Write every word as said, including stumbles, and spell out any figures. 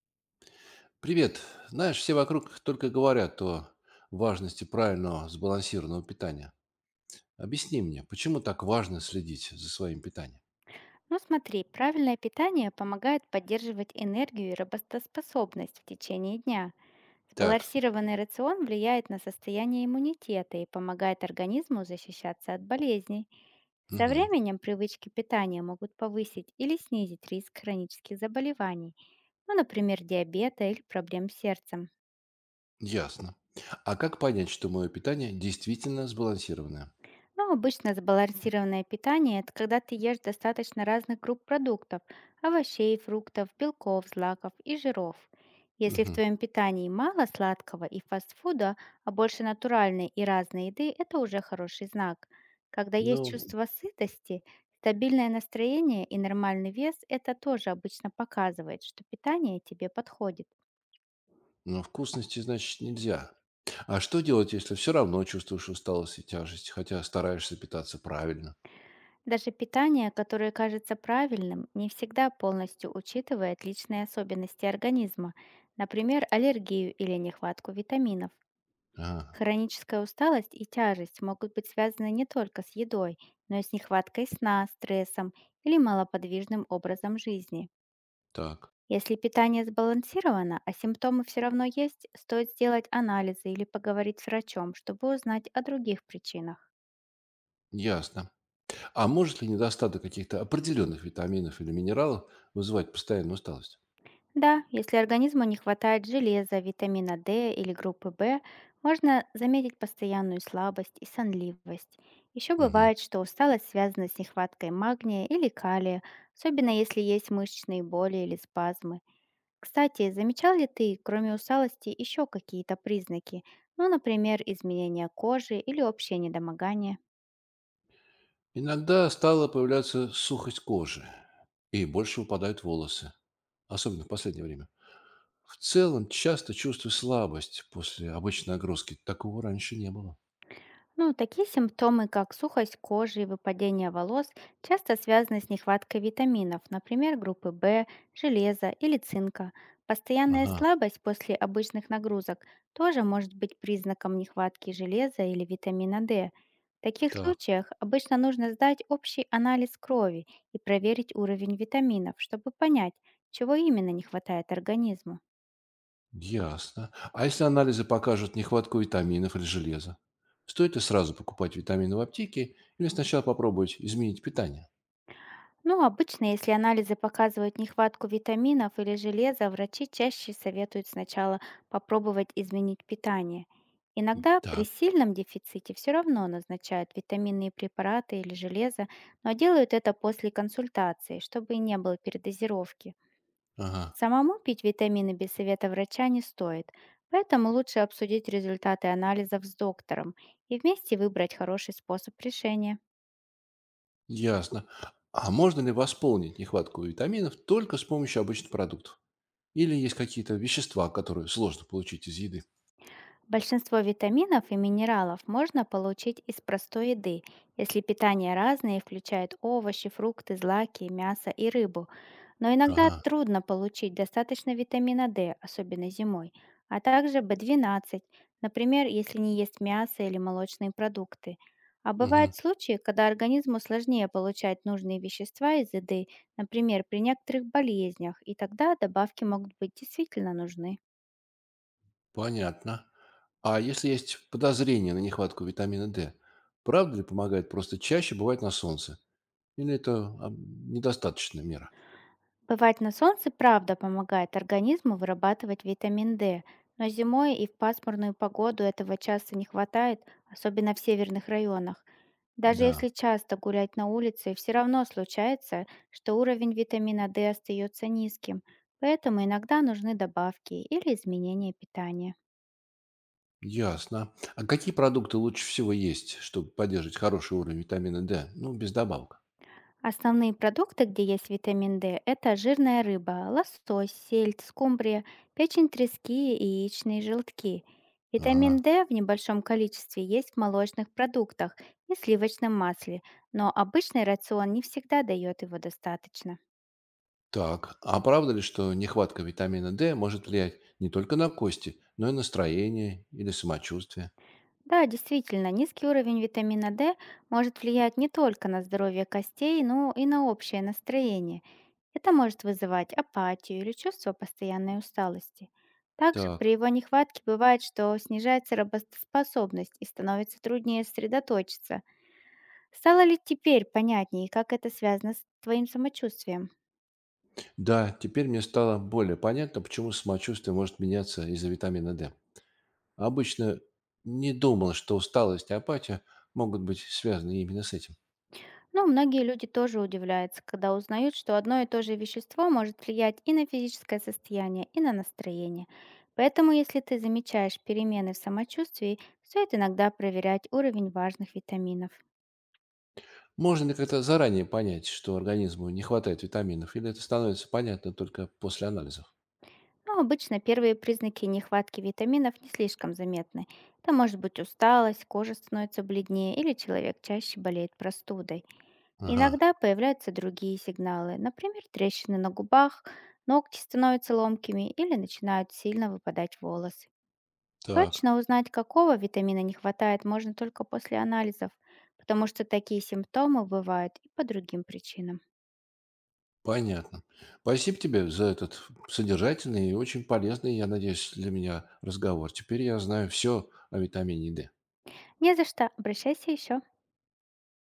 Привет. Знаешь, все вокруг только говорят о важности правильного сбалансированного питания. Объясни мне, почему так важно следить за своим питанием? Ну смотри, правильное питание помогает поддерживать энергию и работоспособность в течение дня. Так. Сбалансированный рацион влияет на состояние иммунитета и помогает организму защищаться от болезней. Со Мгм. временем привычки питания могут повысить или снизить риск хронических заболеваний, ну, например, диабета или проблем с сердцем. Ясно. А как понять, что мое питание действительно сбалансированное? Но обычно сбалансированное питание– это когда ты ешь достаточно разных групп продуктов– овощей, фруктов, белков, злаков и жиров. Если в Мгм. твоем питании мало сладкого и фастфуда, а больше натуральной и разной еды– это уже хороший знак. Когда есть Ну, чувство сытости, стабильное настроение и нормальный вес– это тоже обычно показывает, что питание тебе подходит. ну, вкусности, значит, нельзя. А что делать, если все равно чувствуешь усталость и тяжесть, хотя стараешься питаться правильно? Даже питание, которое кажется правильным, не всегда полностью учитывает личные особенности организма, например, аллергию или нехватку витаминов. А, Хроническая усталость и тяжесть могут быть связаны не только с едой, но и с нехваткой сна, стрессом или малоподвижным образом жизни. так, Если питание сбалансировано, а симптомы все равно есть, стоит сделать анализы или поговорить с врачом, чтобы узнать о других причинах. ясно. А может ли недостаток каких-то определенных витаминов или минералов вызывать постоянную усталость? Да, если организму не хватает железа, витамина D или группы В, можно заметить постоянную слабость и сонливость. Еще Мгм. бывает, что усталость связана с нехваткой магния или калия, особенно если есть мышечные боли или спазмы. Кстати, замечал ли ты, кроме усталости, еще какие-то признаки? Ну, например, изменение кожи или общее недомогание? Иногда стала появляться сухость кожи и больше выпадают волосы, особенно в последнее время. В целом часто чувствую слабость после обычной нагрузки. Такого раньше не было. Ну, такие симптомы, как сухость кожи и выпадение волос, часто связаны с нехваткой витаминов, например, группы В, железа или цинка. Постоянная Ага, слабость после обычных нагрузок тоже может быть признаком нехватки железа или витамина D. В таких так, случаях обычно нужно сдать общий анализ крови и проверить уровень витаминов, чтобы понять, чего именно не хватает организму. ясно. А если анализы покажут нехватку витаминов или железа? Стоит ли сразу покупать витамины в аптеке или сначала попробовать изменить питание? Ну, обычно, если анализы показывают нехватку витаминов или железа, врачи чаще советуют сначала попробовать изменить питание. Иногда при Так, сильном дефиците все равно назначают витаминные препараты или железо, но делают это после консультации, чтобы не было передозировки. ага. Самому пить витамины без совета врача не стоит, поэтому лучше обсудить результаты анализов с доктором и вместе выбрать хороший способ решения. Ясно. А можно ли восполнить нехватку витаминов только с помощью обычных продуктов? Или есть какие-то вещества, которые сложно получить из еды? Большинство витаминов и минералов можно получить из простой еды, если питание разное и включает овощи, фрукты, злаки, мясо и рыбу. Но иногда Ага, трудно получить достаточно витамина D, особенно зимой, а также B двенадцать, например, если не есть мясо или молочные продукты. А мгм, бывают случаи, когда организму сложнее получать нужные вещества из еды, например, при некоторых болезнях, и тогда добавки могут быть действительно нужны. понятно. А если есть подозрение на нехватку витамина дэ, правда ли помогает просто чаще бывать на солнце? Или это а, недостаточная мера? Бывать на солнце правда помогает организму вырабатывать витамин D, но зимой и в пасмурную погоду этого часто не хватает, особенно в северных районах. Даже Да, если часто гулять на улице, все равно случается, что уровень витамина D остается низким, поэтому иногда нужны добавки или изменения питания. ясно. А какие продукты лучше всего есть, чтобы поддерживать хороший уровень витамина дэ? Ну, без добавок. Основные продукты, где есть витамин D, это жирная рыба, лосось, сельдь, скумбрия, печень трески и яичные желтки. Витамин Ага. D в небольшом количестве есть в молочных продуктах и сливочном масле, но обычный рацион не всегда дает его достаточно. Так, а правда ли, что нехватка витамина дэ может влиять не только на кости, но и настроение или самочувствие? Да, действительно, низкий уровень витамина D может влиять не только на здоровье костей, но и на общее настроение. Это может вызывать апатию или чувство постоянной усталости. Также при Так, его нехватке бывает, что снижается работоспособность и становится труднее сосредоточиться. Стало ли теперь понятнее, как это связано с твоим самочувствием? да, теперь мне стало более понятно, почему самочувствие может меняться из-за витамина дэ. Обычно не думал, что усталость и апатия могут быть связаны именно с этим. Но многие люди тоже удивляются, когда узнают, что одно и то же вещество может влиять и на физическое состояние, и на настроение. Поэтому, если ты замечаешь перемены в самочувствии, стоит иногда проверять уровень важных витаминов. Можно ли как-то заранее понять, что организму не хватает витаминов, или это становится понятно только после анализов? Но обычно первые признаки нехватки витаминов не слишком заметны. Это может быть усталость, кожа становится бледнее или человек чаще болеет простудой. Ага, Иногда появляются другие сигналы, например, трещины на губах, ногти становятся ломкими или начинают сильно выпадать волосы. так. Точно узнать, какого витамина не хватает, можно только после анализов, потому что такие симптомы бывают и по другим причинам. Понятно. Спасибо тебе за этот содержательный и очень полезный, я надеюсь, для меня разговор. Теперь я знаю все о витамине дэ. Не за что, обращайся еще.